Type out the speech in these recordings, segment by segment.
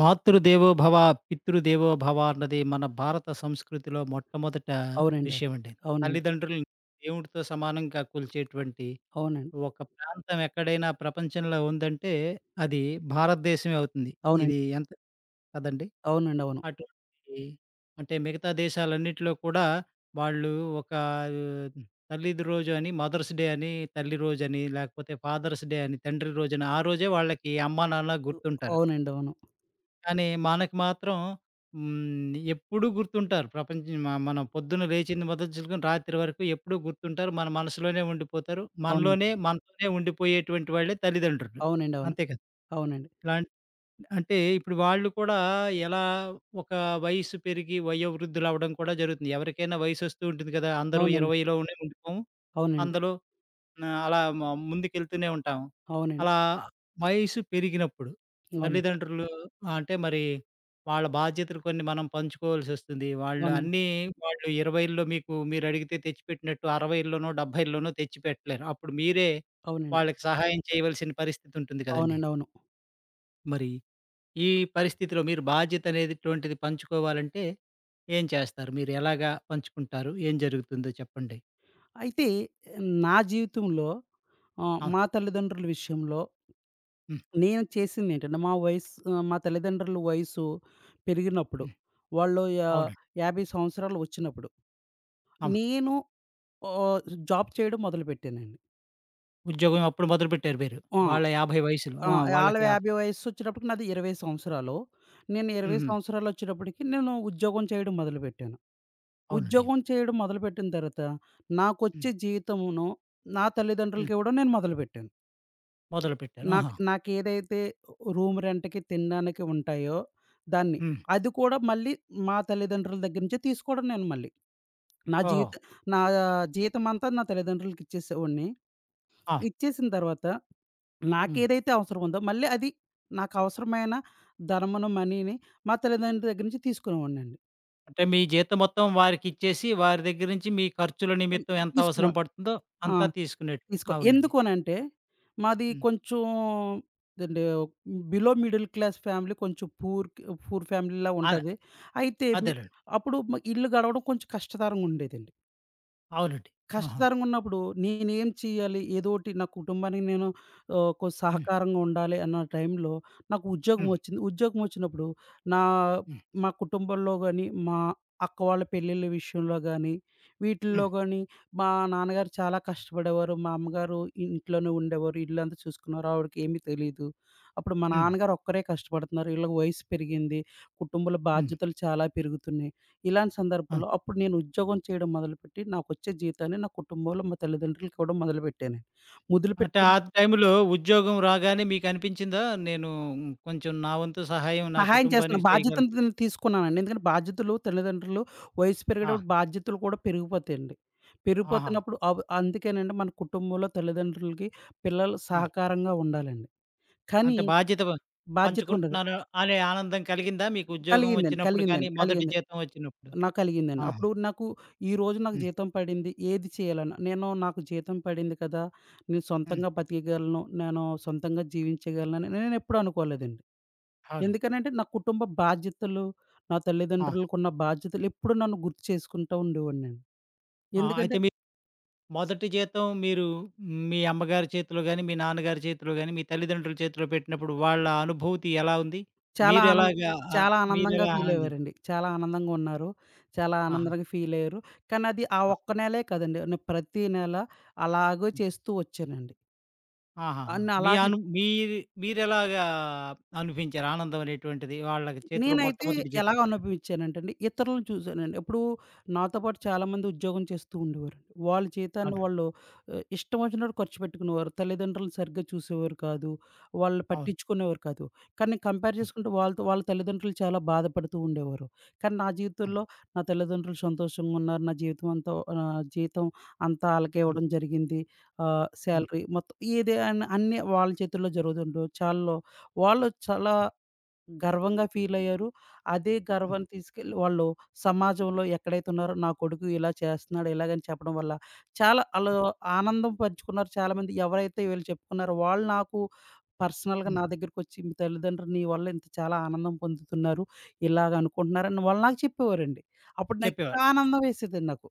మాతృదేవో భవ, పితృదేవో భవ అన్నది మన భారత సంస్కృతిలో మొట్టమొదట అవునండి. విషయం అండి. అవునండి. తల్లిదండ్రులను దేవుడితో సమానంగా కొలిచేటువంటి అవునండి. ఒక ప్రాంతం ఎక్కడైనా ప్రపంచంలో ఉందంటే అది భారతదేశమే అవుతుంది. అవునండి. ఇది ఎంత కదండీ! అవునండి. అవును. అటువంటి అంటే మిగతా దేశాలన్నిటిలో కూడా వాళ్ళు ఒక తల్లి రోజు అని మదర్స్ డే అని, తల్లి రోజని, లేకపోతే ఫాదర్స్ డే అని, తండ్రి రోజని, ఆ రోజే వాళ్ళకి అమ్మానాన్న గుర్తుంటారు. అవునండి. అవును. కానీ మనకి మాత్రం ఎప్పుడూ గుర్తుంటారు. ప్రపంచం మ మనం పొద్దున్న లేచింది మొదలుచుకొని రాత్రి వరకు ఎప్పుడూ గుర్తుంటారు. మన మనసులోనే ఉండిపోతారు. అవునండి. మనలోనే మనతోనే ఉండిపోయేటువంటి వాళ్ళే తల్లిదండ్రులు. అంతే కదా! అవునండి. ఇలాంట్ అంటే ఇప్పుడు వాళ్ళు కూడా ఎలా ఒక వయస్సు పెరిగి వయోవృద్ధులవ్వడం కూడా జరుగుతుంది. ఎవరికైనా వయసొస్తూ ఉంటుంది కదా! అందరూ అవును. 20లో ఉండే ఉండిపోము. అవునండి. అందులో నా అలా మ ముందుకెళ్తూనే ఉంటాం. అవునండి. అవునండి. అవునండి. అలా ఆ! వయసు పెరిగినప్పుడు అవునండి. తల్లిదండ్రులు ఆ, అంటే మరి వాళ్ళ బాధ్యతలు కొన్ని మనం పంచుకోవాల్సొస్తుంది. అవునండి. వాళ్ళు 20ల్లో మీకు మీరడిగితే తెచ్చిపెట్టినట్టు 60ల్లోనో, 70ల్లోనో తెచ్చిపెట్టలేరు. అప్పుడు మీరే అవునండి. వాళ్ళకి సహాయం చేయవలసిన పరిస్థితి ఉంటుంది కదండీ! అవునండి. అవును. మరి ఈ పరిస్థితిలో మీరు బాధ్యత అనేటటువంటిది పంచుకోవాలంటే ఏం చేస్తారు? మీరు ఎలాగా పంచుకుంటారు? ఏం జరుగుతుందో చెప్పండి? అయితే నా జీవితంలో ఆ! మా తల్లిదండ్రుల విషయంలో హ్మ్. నేను చేసిందేంటంటే మా వయస్సు మా తల్లిదండ్రుల వయసు పెరిగినప్పుడు హ్మ్. వాళ్ళు యా అవునండి. 50 సంవత్సరాలు వచ్చినప్పుడు అవును. నేను ఆహ్, జాబ్ చేయడం మొదలుపెట్టానండి. ఉద్యోగం అప్పుడు మొదలుపెట్టారు మీరు. ఆ! వాళ్ళ 50 వయసులు. ఆ! ఆ! ఆళ్ళ వాళ్ళకి 50 వయస్సొచ్చేటప్పటికి నాది 20 సంవత్సరాలు. నేను 20 హుహు. సంవత్సరాలొచ్చేటప్పటికి నేను ఉద్యోగం చేయడం మొదలుపెట్టాను. అవునండి. ఉద్యోగం చేయడం మొదలుపెట్టిన తర్వాత హ్మ్. నాకొచ్చే జీతమును నా హ్మ్. తల్లిదండ్రులకి ఇవ్వడం నేను మొదలుపెట్టాను. మొదలుపెట్టారు. ఆహా! నాకేదైతే రూమ్ రెంట్‌కి, తినడానికి ఉంటాయో దాన్ని. హ్మ్. అది కూడా మళ్ళీ మా తల్లిదండ్రుల దగ్గర నుంచే తీసుకోవడం నేను మళ్ళీ. నా ఓహో! జీత నా జీతమంతా నా తల్లిదండ్రులకిచ్చేసేవాడిని. ఆ! ఇచ్చేసిన తర్వాత హ్మ్. నాకేదైతే అవసరం ఉందో మళ్ళీ నాకవసరమైన ధనమును, మనీని మా తల్లిదండ్రుల దగ్గర నుంచి తీసుకునేవాడినండి. అంటే మీ జీతం మొత్తం వారికిచ్చేసి, వారి దగ్గర నుంచి మీ ఖర్చుల హ్మ్. నిమిత్తం ఎంత తీసుకునే అవసరం పడుతుందో ఆ! అంతా తీసుకునేటోళ్ళు. తీసుకోను. అవునండి. ఎందుకు అనంటే మాది హ్మ్. కొంచెం దండి బిలో మిడిల్ క్లాస్ ఫ్యామిలీ కొంచెం పూర్ పూర్ ఫ్యామిలీలా అదే. ఉంటది. అయితే అదేలెండి. అప్పుడు ఇల్లు గడవడం కొంచెం కష్టతరంగా ఉండేదండి. అవునండి. ఆహా! కష్టతరంగున్నప్పుడు నేనేం చేయాలి? ఏదోటి నా కుటుంబానికి నేను ఆహ్, కొ హ్మ్. సహకారంగా ఉండాలి అన్న టైంలో నాకు హ్మ్. ఉద్యోగమొచ్చింది. ఉద్యోగమొచ్చినప్పుడు నా హ్మ్. మా కుటుంబంలో గాని, మా అక్క వాళ్ళ పెళ్ళిళ్ళ విషయంలో గాని, వీటిల్లో హ్మ్. గాని మా నాన్నగారు చాలా కష్టపడేవారు. మా అమ్మగారు ఇంట్లోనే ఉండేవారు. ఇల్లంతా చూసుకున్నారు. ఆవిడకి ఏమీ తెలీదు. అప్పుడు మా హ్మ్. నాన్నగారు ఒక్కరే కష్టపడుతున్నారు. ఈళ్ళకి వయసు పెరిగింది. కుటుంబంలో హ్మ్. బాధ్యతలు చాలా పెరుగుతున్నాయి. ఇలాంటి అవును. సందర్భంలో అప్పుడు నేను ఉద్యోగం చేయడం మొదలుపెట్టి, నాకొచ్చే జీవితాన్ని నా కుటుంబంలో మా తల్లిదండ్రులకి ఇవ్వడం మొదలుపెట్టానండి. అంటే మొదలుపెట్టినప్పుడు ఆ టైంలో ఉద్యోగం రాగానే మీకనిపించిందా? నేను కొంచెం నా వంతు సహాయం నా సహాయం చేస్తున్న కుటుంబానికి చేయగల బాధ్యతను నేను తీసుకున్నానండి. ఎందుకంటే బాధ్యతలు తల్లిదండ్రులు వయసు ఆ! పెరిగేటప్పుడు బాధ్యతలు కూడా పెరిగిపోతాయండి. ఆహా! పెరిగిపోతున్నప్పుడు అందుకేనండి మన కుటుంబంలో తల్లిదండ్రులకి పిల్లలు ఆ! సహకారంగా ఉండాలండి. కానీ అంటే బాధ్యత ప బాధ్యతగుండదు. పంచుకుంటున్నాను అనే ఆనందం కలిగిందా మీకు ఉద్యోగం కలిగిందండి. వచ్చినప్పుడు గానీ, కలిగిందండి. మొదటి కలిగిందండి. జీతం వచ్చినప్పుడు? నాకు కలిగిందండి. ఆహా! అప్పుడు నాకు ఈరోజు నాకు హ్మ్. జీతం పడింది. ఏది చేయాలని? నేను నాకు జీతం పడింది కదా! నేను హ్మ్. సొంతంగా బతికగలను. నేను సొంతంగా జీవించగలనని నేనెప్పుడూ అనుకోలేదండి. అవును. ఎందుకనంటే నా కుటుంబ బాధ్యతలు, నా ఆ! తల్లిదండ్రులకున్న బాధ్యతలు ఎప్పుడూ నన్ను గుర్తు చేసుకుంటూ ఉండేవాడినండి. ఆ! ఎందుకంటే అయితే మీ మొదటి జీతం మీరు మీ అమ్మగారి చేతిలో గానీ, మీ నాన్నగారి చేతిలో గానీ, మీ తల్లిదండ్రుల చేతిలో పెట్టినప్పుడు వాళ్ళ అనుభూతి ఎలా ఉంది? చాలా మీరు ఆనంద ఎలాగా ఆహ్, చాలా ఆనందంగా మీరెలా ఆనందించారు? ఫీలయ్యేవారండి. చాలా ఆనందంగా ఉన్నారు. చాలా ఆహా! ఆనందంగా ఫీలయ్యారు. కానీ అది ఆ ఆ! ఒక్క నెలే కాదండి. నేను ప్రతి నెల అలాగే హ్మ్. చేస్తూ వచ్చానండి. ఆహాహా! మీ అలాగే అను మీరి మీరెలాగా అనిపించారు ఆనందం అనేటువంటిది వాళ్ళకి చేతిలో నేనైతే మొట్టమొదటి జీతం ఎలాగ పెట్టినప్పుడు? అనుభవించానంటండి, ఇతరులను చూసానండి. ఇప్పుడు నాతో పాటు చాలామంది ఉద్యోగం చేస్తూ ఉండేవారండి. వాళ్ళ జీతాన్ని అవును. వాళ్ళు ఇష్టం వచ్చినట్టు ఖర్చు పెట్టుకునేవారు. తల్లిదండ్రులను సరిగ్గా చూసేవారు కాదు. వాళ్ళు అవును. పట్టించుకునేవారు కాదు. కానీ కంపేర్ అవును. చేసుకుంటే వాళ్ళతో వాళ్ళ తల్లిదండ్రులు చాలా బాధపడుతూ ఉండేవారు. కానీ నా అవును. జీవితంలో నా తల్లిదండ్రులు సంతోషంగా ఉన్నారు. నా జీవితం అంతా జీతం అంతా ఆళ్ళకే అవును. ఇవ్వడం జరిగింది. హ్మ్. శాలరీ మొత్తం ఏది అన్ అన్నీ వాళ్ళ చేతుల్లో జరుగుతుండవు. చాల్లో వాళ్ళు చాలా హ్మ్. గర్వంగా ఫీలయ్యారు. అదే గర్వాన్ని తీసుకెళ్ళి వాళ్ళు సమాజంలో ఎక్కడైతే ఉన్నారో నా కొడుకు ఇలా చేస్తున్నాడు, ఇలాగని చెప్పడం వల్ల చాలా ఆళ్ళు ఆనందం పంచుకున్నారు చాలామంది. ఎవరైతే వీళ్ళు చెప్పుకున్నారో వాళ్ళు నాకు పర్సనల్‌గా హ్మ్. నా దగ్గరికొచ్చి మీ తల్లిదండ్రులు నీ వల్ల ఇంత చాలా ఆనందం పొందుతున్నారు. ఇలాగ అనుకుంటున్నారని వాళ్ళు నాకు చెప్పేవారండి. అప్పుడు నాకింకా చెప్పేవారు. ఆనందం వేసేదండి నాకు.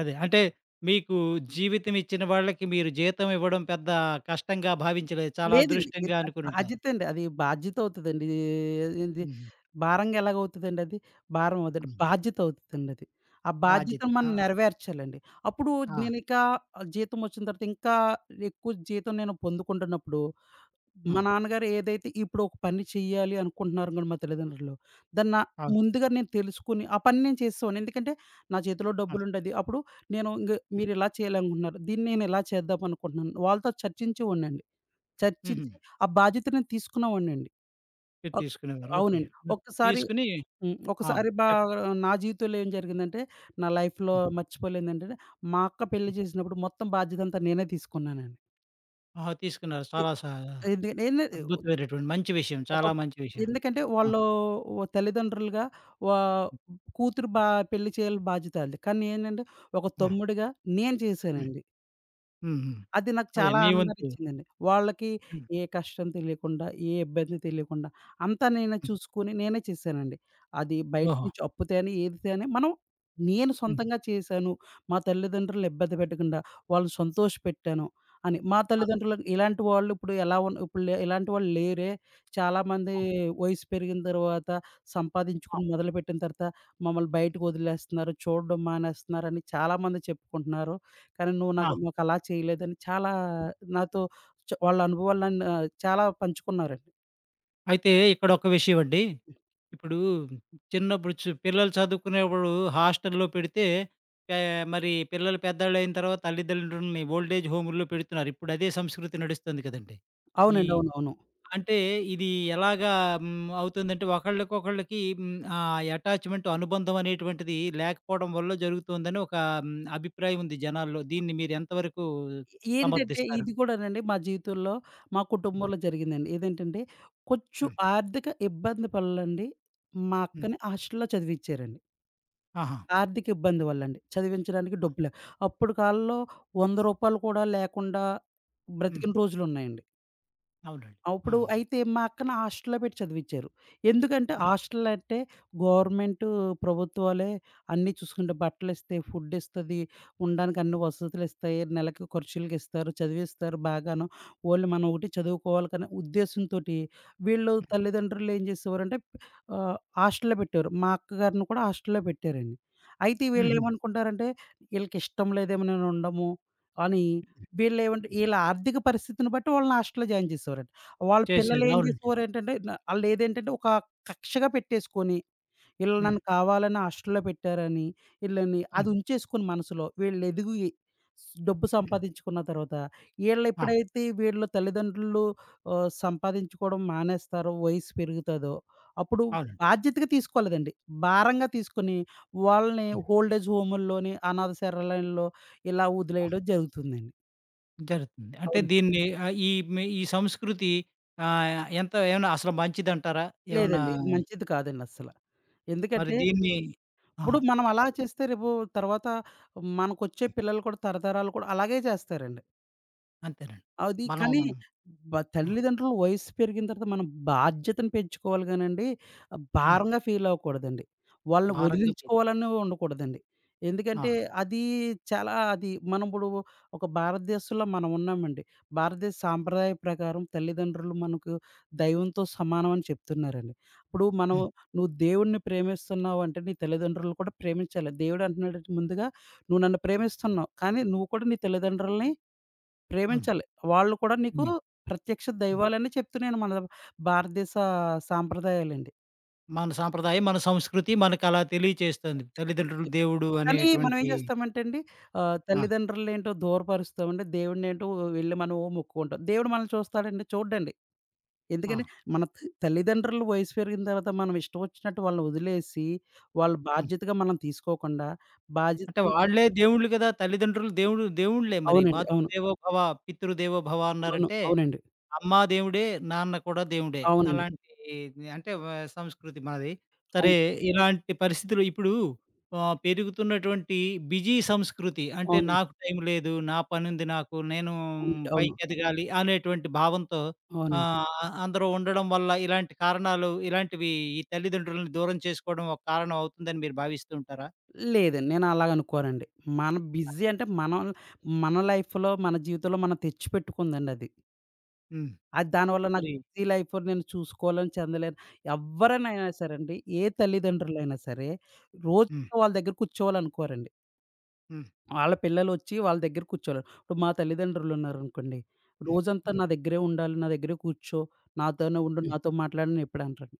అదే. అంటే మీకు జీవితం ఇచ్చిన వాళ్ళకి మీరు జీతం ఇవ్వడం పెద్ద కష్టంగా భావించలేదు. చాలా లేదండి. ఇది అదృష్టంగా అనుకునుంటారు. బాధ్యతండి. అది బాధ్యత అవుతదండి. ఏంది హుహు. భారంగా ఎలాగవుతదండి అది? భారం అవ్వదండి. హ్మ్. బాధ్యత అవుతదండది. ఆ బాధ్యత. బాధ్యతను మనం ఆ! నెరవేర్చాలండి. అప్పుడు ఆ! నేనికా జీతం వచ్చిన తర్వాత ఇంకా ఎక్కువ జీతం నేను పొందుకుంటున్నప్పుడు, ఆ! మా నాన్నగారు ఏదైతే ఇప్పుడు ఒక పని చెయ్యాలి అనుకుంటున్నారు గూడా మా తల్లిదండ్రులు. దాన్ని నా అవును. ముందుగా నేను తెలుసుకొని, ఆ పని నేను చేసేవాడిని. ఎందుకంటే నా చేతిలో అవును. డబ్బులుండేది. అప్పుడు నేను ఇంగ హ్మ్. మీరిలా చేయాలనుకుంటున్నారు. దీన్ని నేనిలా చేద్దామనుకుంటున్నాను. వాళ్ళతో చర్చించేవాడినండి. చర్చించి హుహు. ఆ బాధ్యతను తీసుకున్నావాడినండి. మీరు ఒక్ తీసుకునేవారు. ఓకే. అవునండి. మీరు ఒక్కసారి తీసుకొని హ్మ్. ఆ! ఒకసారి బా చెప్ నా జీవితంలో ఏం జరిగిందంటే, నా లైఫ్‌లో హ్మ్. మర్చిపోలేనిదేంటంటే, మా అక్క పెళ్లి హ్మ్. చేసినప్పుడు మొత్తం బాధ్యతంతా నేనే తీసుకున్నానండి. ఆహా! తీసుకున్నారు. తి చాలా స ఎందు నేను అద్భుతమైనటువంటి మంచి విషయం. ఒక చాలా మంచి విషయం. ఎందుకంటే ఆ! వాళ్ళు ఓ తల్లిదండ్రులుగా వా హ్మ్. కూతురు బా పెళ్లి చేయాలి బాధ్యత ఆళ్ళది. కానీ ఏంటంటే, ఒక ఆ! తమ్ముడిగా నేను హ్మ్. చేశానండి. హ్మ్. హ్మ్. అది నాకు అదే చాలా మీ వంతు. ఆనందాన్నిచ్చిందండి. వాళ్ళకి హ్మ్. ఏ కష్టం తెలియకుండా, ఏ ఇబ్బంది తెలియకుండా అంతా నేనే హ్మ్. చూసుకొని నేనే చేశానండి. బయట ఓహో! నుంచి అప్పు తేని, ఏది తేని మనం నేను హ్మ్. సొంతంగా చేశాను. మా తల్లిదండ్రులను ఇబ్బంది పెట్టకుండా వాళ్ళని సంతోషపెట్టాను అని. మా అవును. తల్లిదండ్రులకు ఇలాంటి వాళ్ళు ఇప్పుడు ఎలా ఉన్న ఇప్పుడు లే ఇలాంటి వాళ్ళు లేరే. చాలామంది అవును. వయసు పెరిగిన తర్వాత ఆ! సంపాదించుకొని మొదలుపెట్టిన తర్వాత మమ్మల్ని బయటకు వదిలేస్తున్నారు. చూడడం మానేస్తున్నారని చాలామంది చెప్పుకుంటున్నారు. కానీ నువ్వు నాకు ఆ! మాకలా చేయలేదని చాలా నాతో వాళ్ళ అనుభవాలన్నీ చాలా పంచుకున్నారండి. అయితే ఇక్కడ ఒక విషయం అండి. ఇప్పుడు చిన్నప్పుడు పిల్లలు చదువుకునేప్పుడు హాస్టల్‌లో పెడితే పే మరి పిల్లలు పెద్దోళ్ళయిన తర్వాత తల్లిదండ్రుల్ని ఓల్డ్ ఏజ్ హోముల్లో పెడుతున్నారు. ఇప్పుడు అదే సంస్కృతి నడుస్తుంది కదండీ. ఈ అవునండి. అవునవును. అంటే ఇది ఎలాగా హ్మ్, అవుతుందంటే ఒకళ్ళకొకళ్ళకి హ్మ్, ఆ అటాచ్‌మెంట్ అనుబంధం అనేటువంటిది లేకపోవడం వల్ల జరుగుతుందని ఒక హ్మ్, అభిప్రాయం ఉంది జనాల్లో. దీన్ని మీరు ఎంతవరకు ఏంటంటే సమర్థిస్తారు? ఇది కూడానండి మా జీవితంలో, మా కుటుంబంలో జరిగిందండి. ఏదేంటంటే కొంచెం హ్మ్. ఆర్థిక ఇబ్బంది వల్లండి మా హ్మ్. అక్కని హాస్టల్‌లో చదివిచ్చారండి. ఆహా! ఆర్థిక ఇబ్బంది వల్లండి. చదివించడానికి డబ్బులు అప్పుడు కాలంలో రూ. 100 కూడా లేకుండా హ్మ్. బ్రతికిన రోజులున్నాయండి. అవునండి. అప్పుడు ఆ! అయితే మా అక్కని హాస్టల్‌లో పెట్టి చదివిచ్చారు. ఎందుకంటే హాస్టల్ అంటే గవర్నమెంటు, ప్రభుత్వాలే అన్నీ చూసుకుంటాయి. బట్టలిస్తాయి, ఫుడ్ ఇస్తది, ఉండడానికి అన్ని వసతులిస్తాయి, నెలకి ఖర్చులకిస్తారు, చదివిస్తారు బాగాను. ఓన్లీ మనం ఒకటి చదువుకోవాలి అనే ఉద్దేశంతోటి వీళ్ళు తల్లిదండ్రులు ఏం చేసేవారంటే ఆహ్, హాస్టల్‌లో పెట్టేవారు. మా అక్కగారిని కూడా హాస్టల్‌లో పెట్టారండి. అయితే హుహు. వీళ్ళేమనుకుంటారంటే ఈళ్ళకిష్టం లేదేమో నేను ఉండము అని వీళ్ళేమంటే ఈళ్ళ ఆర్థిక పరిస్థితిని బట్టి వాళ్ళని హాస్టల్‌లో జాయిన్ చేసేవారండి. వాళ్ళ చేశారు. పిల్లలేం అవునండి. చేసేవారేంటంటే, న ఆళ్ళేదేంటంటే ఒక కక్షగా పెట్టేసుకొని, ఈళ్ళు హ్మ్. నన్ను కావాలని హాస్టల్‌లో పెట్టారని, ఈళ్ళని అది హ్మ్. ఉంచేసుకొని మనసులో, వీళ్ళెదిగి డబ్బు హ్మ్. సంపాదించుకున్న తర్వాత, ఆ! ఈళ్ళెప్పుడైతే వీళ్ళ తల్లిదండ్రులు సంపాదించుకోవడం మానేస్తారో, వయసు పెరుగుతదో, అప్పుడు అవునండి. బాధ్యతగా తీసుకోలేదండి. భారంగా తీసుకొని, వాళ్ళని హ్మ్. ఓల్డ్ ఏజ్ హోముల్లోని, అనాథ శరణాలయంలో ఇలా ఆ! వదిలేయడం జరుగుతుందండి. జరుగుతుంది. అంటే అవును. దీన్ని ఆహ్, ఈ మీ ఈ సంస్కృతి ఆహ్, ఎంత ఏమన్నా అసలు మంచిదంటారా? ఏమన్నా లేదండి. ఇది మంచిది కాదండి అస్సల. మరి ఎందుకంటే దీన్ని ఆ! ఇప్పుడు మనం అలా చెప్పండి. చేస్తే రేపు తర్వాత మనకొచ్చే హ్మ్. పిల్లలు కూడా తరతరాలు కూడా అలాగే చేస్తారండి. అంతేనండి. అది మనం కానీ ఆ! తల్లిదండ్రుల వయస్సు పెరిగిన తర్వాత మనం బాధ్యతను పెంచుకోవాలి గానండి, హ్మ్. భారంగా ఫీల్ అవ్వకూడదండి. వాళ్ళని భారంగా ఫీల్ వదిలించుకోవాలని ఉండకూడదండి. ఆ! ఎందుకంటే అది చాలా అది మనం ఇప్పుడు ఒక భారతదేశంలో మనం ఉన్నామండి. భారతదేశ సాంప్రదాయ ప్రకారం తల్లిదండ్రులు మనకు దైవంతో సమానం అని చెప్తున్నారండి. ఇప్పుడు మనం హ్మ్. నువ్వు దేవుడిని ప్రేమిస్తున్నావు అంటే నీ తల్లిదండ్రులను కూడా ప్రేమించాలి. దేవుడు అంటున్నాడు ముందుగా నువ్వు నన్ను ప్రేమిస్తున్నావు. కానీ నువ్వు కూడా నీ తల్లిదండ్రులని అవును. ప్రేమించాలి. వాళ్ళు కూడా నీకు హ్మ్. ప్రత్యక్ష హ్మ్. దైవాలని చెప్తున్నాయండి మన భారతదేశ సాంప్రదాయాలండి. మన సాంప్రదాయం, మన సంస్కృతి మనకలా తెలియచేస్తుంది. తల్లిదండ్రులు, ఇక దేవుడు కానీ మనం ఏం అనేటువంటి చేస్తామంటే అండి ఆ! తల్లిదండ్రులనేంటో దూరపరుస్తామండి. దేవుడినేంటో వెళ్లి మనం ఓ మొక్కుకుంటాం. దేవుడు మనల్ని చూస్తాడండి? చూడడండి. ఆ! ఎందుకని మన త తల్లిదండ్రుల వయసు పెరిగిన తర్వాత మనం ఇష్టం వచ్చినట్టు వాళ్ళని వదిలేసి, వాళ్ళు హ్మ్. బాధ్యతగా మనం తీసుకోకుండా అంటే బాధ్యత వాళ్ళే దేవుళ్ళు గదా! తల్లిదండ్రులు దేవుడు దేవుళ్ళే మరి. అవునండి. అవును. మాతృదేవో భవ, పితృదేవో భవ అవును. అన్నారంటే, అవునండి. అమ్మ దేవుడే, నాన్న కూడా దేవుడే. అవునండి. అలాంటి అంటే సంస్కృతి మనది. అవును. సరే, ఇలాంటి పరిస్థితులు ఇప్పుడు ఆహ్, పెరుగుతున్నటువంటి బిజీ సంస్కృతి అంటే అవునండి. నాకు టైం లేదు, నా పనుంది నాకు, నేను అవునండి. అవును. పైకెదగాలి అనేటువంటి భావంతో అవును. ఆహ్, అందరూ ఉండడం వల్ల ఇలాంటి కారణాలు ఇలాంటివి ఈ తల్లిదండ్రులను దూరం చేసుకోవడం ఒక కారణం అవుతుందని మీరు భావిస్తూ ఉంటారా? లేదండి. నేను అలాగనుకోనండి. మన బిజీ అంటే మనం మన లైఫ్‌లో, మన జీవితంలో మనం తెచ్చిపెట్టుకుందండి అది. హ్మ్. దానివల్ల నాకు మరి బిజీ లైఫ్ నేను చూసుకోలేను, చెందలేను. ఎవ్వరైనా సరేండి, ఏ తల్లిదండ్రులైనా సరే, రోజు హ్మ్. వాళ్ళ దగ్గర కూర్చోవాలనుకోరండి. హ్మ్. వాళ్ళ పిల్లలొచ్చి వాళ్ళ దగ్గర కూర్చోవాలి. ఇప్పుడు మా తల్లిదండ్రులున్నారనుకోండి, హ్మ్. రోజంతా హ్మ్. నా దగ్గరే ఉండాలి, నా దగ్గరే కూర్చో, నాతోనే ఉండు, హ్మ్. నాతో మాట్లాడని ఎప్పుడు అనరండి.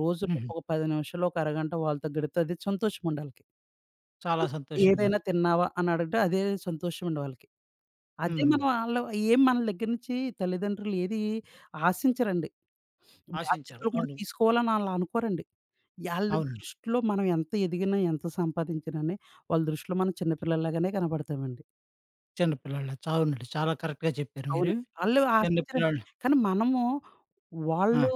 రోజులో హుహు. ఒక 10 నిమిషాలు, ఒక అరగంట వాళ్ళతో గడిపితే అది సంతోషం అండి ఆళ్ళకి. చాలా సంతోషంగా ఏదైనా ఉంటుంది. తిన్నావా? అని అడగడం అదే సంతోషం అండి వాళ్ళకి. అదే హుహు. మనం ఆళ్ళు ఏం మన దగ్గర నుంచి తల్లిదండ్రులు ఏది ఆశించరండి. ఆశించారు. బాధ్యతలు కూడా అవును. తీసుకోవాలని ఆళ్ళు అనుకోరండి. ఆళ్ళ అవునండి. దృష్టిలో మనం ఎంత ఎదిగినా, ఎంత సంపాదించినాని వాళ్ళ దృష్టిలో మనం చిన్న పిల్లల్లాగానే కనపడతామండి. చిన్న పిల్లల అవునండి. చాలా కరెక్ట్‌గా చెప్పారు మీరు. అవునండి. ఆళ్ళు చిన్న ఆశించరండి. పిల్లోళ్ళు కానీ మనము ఆ! వాళ్ళు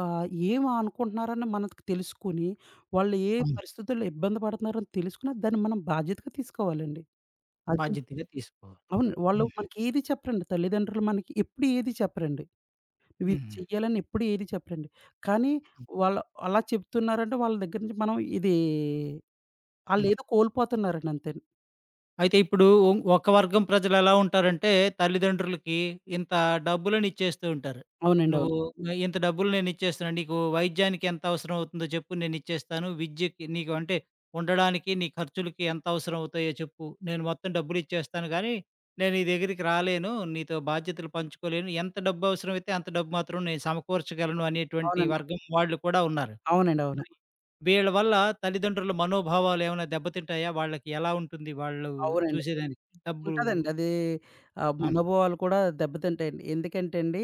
ఏం అనుకుంటున్నారని మనకు తెలుసుకొని, వాళ్ళు ఏ అవును. పరిస్థితుల్లో ఇబ్బంది పడుతున్నారని తెలుసుకుని దాన్ని మనం బాధ్యతగా తీసుకోవాలండి. అది బాధ్యతగా తీసుకోవాలి. అవును. వాళ్ళు హ్మ్. మనకేది చెప్పరండి. తల్లిదండ్రులు మనకి ఎప్పుడు ఏది చెప్పరండి. నువ్విది హుహు. చెయ్యాలని ఎప్పుడు ఏది చెప్పరండి. కానీ హ్మ్. వాళ్ళు అలా చెప్తున్నారంటే వాళ్ళ దగ్గర నుంచి మనం ఇది హ్మ్. ఆళ్ళేదో కోల్పోతున్నారండి అంతేను. అయితే ఇప్పుడు ఒక వర్గం ప్రజలెలా ఉంటారంటే, తల్లిదండ్రులకి ఇంత డబ్బులనిచ్చేస్తూ ఉంటారు. అవునండి. అవును. "నువ్వు ఇంత డబ్బులు నేనిచ్చేస్తున్నాను. నీకు వైద్యానికి ఎంత అవసరం అవుతుందో చెప్పు నేనిచ్చేస్తాను. విద్యకి నీకు అంటే ఉండడానికి, నీ ఖర్చులకి ఎంత అవసరం అవుతాయో చెప్పు. నేను మొత్తం డబ్బులిచ్చేస్తాను గానీ, నేను నీ దగ్గరికి రాలేను. నీతో బాధ్యతలు పంచుకోలేను. ఎంత డబ్బవసరమైతే అంత డబ్బు మాత్రం నేను సమకూర్చగలను" అనేటువంటి అవునండి. వర్గం వాళ్ళు కూడా ఉన్నారు. అవునండి. అవును. మరి వీళ్ళ వల్ల తల్లిదండ్రుల మనోభావాలు ఏమైనా దెబ్బతింటాయా? వాళ్ళకి ఎలా ఉంటుంది వాళ్ళు అవునండి. చూసేదానికి? డబ్బు ఉంటదండి. అది ఆ ఆ! మనోభావాలు కూడా దెబ్బతింటాయండి. ఎందుకంటే అండి,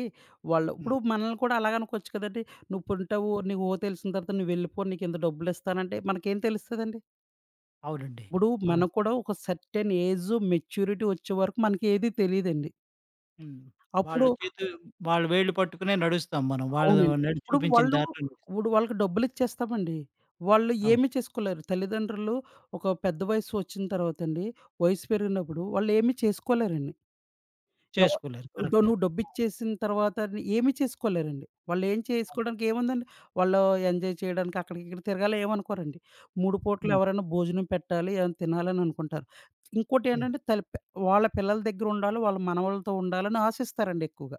వాళ్ళు హ్మ్. ఇప్పుడు మనల్ని కూడా అలాగే అనుకోవచ్చు కదండీ! "నువ్వు పుంటావు, నీకు ఓ తెలిసిన తర్వాత నువ్వెళ్ళిపో, నీకింత డబ్బులిస్తానంటే" మనకేం తెలుస్తదండి? అవునండి. ఇప్పుడు అలా మనకు కూడా ఒక సెర్టైన్ ఏజ్ మెచ్యూరిటీ వచ్చే వరకు మనకి ఏది తెలీదండి. హ్మ్. వాళ్ళ అప్పుడు చేతు వాళ్ళ వేళ్ళు పట్టుకునే నడుస్తాం మనం. వాళ్ళది అవునండి. చూపించిన దారిలో నడుస్తాం. ఇప్పుడు వాళ్ళకి డబ్బులిచ్చేస్తామండి. వాళ్ళు అవును. ఏమి చేసుకోలేరు. తల్లిదండ్రులు ఒక పెద్ద వయసు వచ్చిన తర్వాతండి, వయసు పెరిగినప్పుడు వాళ్ళు ఏమి చేసుకోలేరండి. ఎవ చేసుకోలేరు. ఇప్పుడు కరెక్టే. నువ్వు ఆ! డబ్బిచ్చేసిన తర్వాత ఏమి చేసుకోలేరండి. వాళ్ళేం అవును. చేసుకోవడానికి ఏముందండి, వాళ్ళు ఎంజాయ్ చేయడానికి అక్కడికి ఇక్కడికి తిరగాలి ఏమనుకోరండి. 3 పూటలు హ్మ్. ఎవరైనా భోజనం పెట్టాలి, ఏమైనా తినాలని అనుకుంటారు. హ్మ్. ఇంకోటేంటంటే తల్ పె వాళ్ళ పిల్లల దగ్గర ఉండాలి, వాళ్ళ మనవళ్ళతో ఉండాలని ఆశిస్తారండి ఎక్కువగా.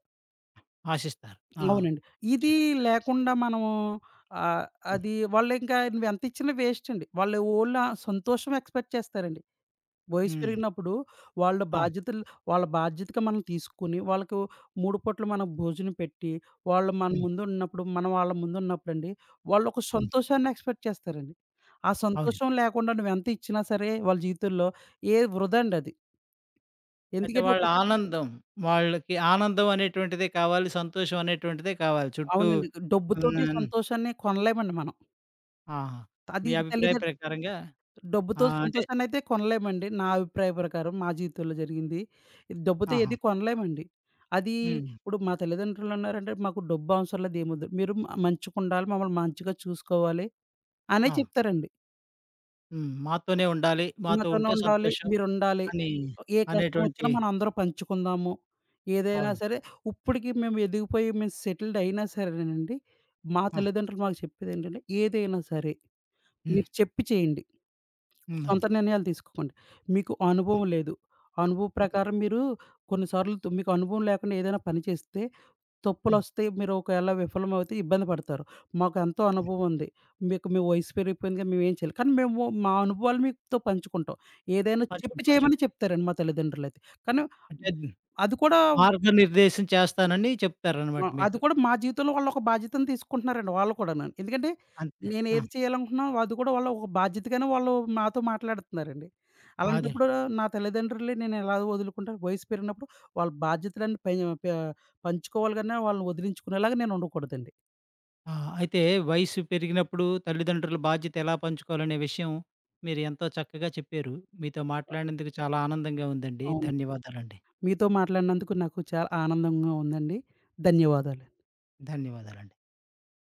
ఆశిస్తారు. ఆ! అవునండి. చే ఇది చేస్ లేకుండా మనము ఆహ్, హ్మ్. అది వాళ్ళింకా నువ్వెంతిచ్చినా వేస్టండి. వాళ్ళు ఓన్లీ ఆ సంతోషం ఎక్స్‌పెక్ట్ చేస్తారండి. వయసు హ్మ్. పెరిగినప్పుడు వాళ్ళ ఆ! బాధ్యతలు వాళ్ళ బాధ్యతగా మనం తీసుకొని, వాళ్ళకి మూడు పూటలు మనం భోజనం పెట్టి, వాళ్ళు మన హ్మ్. ముందున్నప్పుడు, మనం వాళ్ళ ముందున్నప్పుడండి, వాళ్ళొక హ్మ్. సంతోషాన్ని ఎక్స్‌పెక్ట్ చేస్తారండి. ఆ అవును. సంతోషం లేకుండా నువ్వెంత ఇచ్చినా సరే వాళ్ళ జీవితంలో ఏ వృధా అండి అది. అయితే ఎందుకంటే, ఒక వాళ్ళ ఆనందం, వాళ్ళకి ఆనందం అనేటువంటిదే కావాలి. సంతోషం అనేటువంటిదే కావాలి. చుట్టూ అవునండి. ఉన్న డబ్బుతోటి సంతోషాన్ని కొనలేమండి మనం. ఆహా! అది మీ అభిప్రాయ తల్లిదం ప్రకారంగా డబ్బుతో ఆహ్, అంటే సంతోషాన్నయితే కొనలేమండి. నా అభిప్రాయ ప్రకారం మా జీవితంలో జరిగింది. ఇది. డబ్బుతో ఆహా! ఏది కొనలేమండి. అది హ్మ్. ఇప్పుడు మా తల్లిదండ్రులున్నారంటే, "మాకు డబ్బు అవసరం లేదు ఏమొద్దు. మీరు మంచిగుండాలి, మమ్మల్ని మంచిగా చూసుకోవాలి" అనే ఆ! చెప్తారండి. హ్మ్. మాతోనే ఉండాలి. మాతో "మాతోనే ఉంటే ఉండాలి, సంతోషం మీరుండాలి. అని ఏ కష్టం వచ్చినా అనేటువంటి మనందరం పంచుకుందాము. ఏదైనా అవును. సరే" ఇప్పటికి మేము ఎదిగిపోయి మేము సెటిల్డ్ అయినా సరేనండి, మా ఆ! తల్లిదండ్రులు మాకు చెప్పేదేంటంటే, "ఏదైనా సరే హ్మ్. మీరు చెప్పి చేయండి." సొంత ఉందండి. నిర్ణయాలు తీసుకోకండి. మీకు హ్మ్. అనుభవం లేదు. అనుభవం ప్రకారం మీరు కొన్నిసార్లు మీకు అనుభవం లేకుండా ఏదైనా పని చేస్తే హ్మ్. తప్పులొస్తాయి. మీరు ఒకవేళ విఫలమవుతే ఇబ్బంది పడతారు. మాకు ఎంతో హ్మ్. అనుభవం ఉంది. మీకు మీ వయసు పెరిగిపోయింది కదా! మేమేం చేయలేం. కానీ మేము మా అనుభవాలు మీతో పంచుకుంటాం. ఏదైనా చెప్పి పంచుకుంటామని చేయమని చెప్తారు. చెప్తారండి మా తల్లిదండ్రులయితే. కానీ అంటే అది కూడా మార్గనిర్దేశం చేస్తానని ఆ! చెప్తారనమాట అది మీకు. కూడా మా జీవితంలో వాళ్ళొక బాధ్యతను తీసుకుంటున్నారండి వాళ్ళు కూడాను. ఎందుకంటే అంతే. ఆ! నేనేది చేయాలనుకుంటున్నానో అది కూడా వాళ్ళు ఒక బాధ్యతగానే వాళ్ళు మాతో మాట్లాడుతున్నారండి. అదే. అలాంటప్పుడు నా తల్లిదండ్రుల్ని నేనెలా వదులుకుంటాను? వయసు పెరిగినప్పుడు వాళ్ళ బాధ్యతలన్నీ పై ప పంచుకోవాలి గాని వాళ్ళని వదిలించుకునేలాగా నేను ఉండకూడదండి. ఆ! అయితే వయసు పెరిగినప్పుడు తల్లిదండ్రుల బాధ్యత ఎలా పంచుకోవాలనే విషయం మీరు ఎంతో చక్కగా చెప్పారు. మీతో అ! మాట్లాడినందుకు చాలా ఆనందంగా ఉందండి. అవును. ధన్యవాదాలండి. మీతో మాట్లాడినందుకు నాకు చాలా ఆనందంగా ఉందండి. ధన్యవాదాలు. ధన్యవాదాలండి.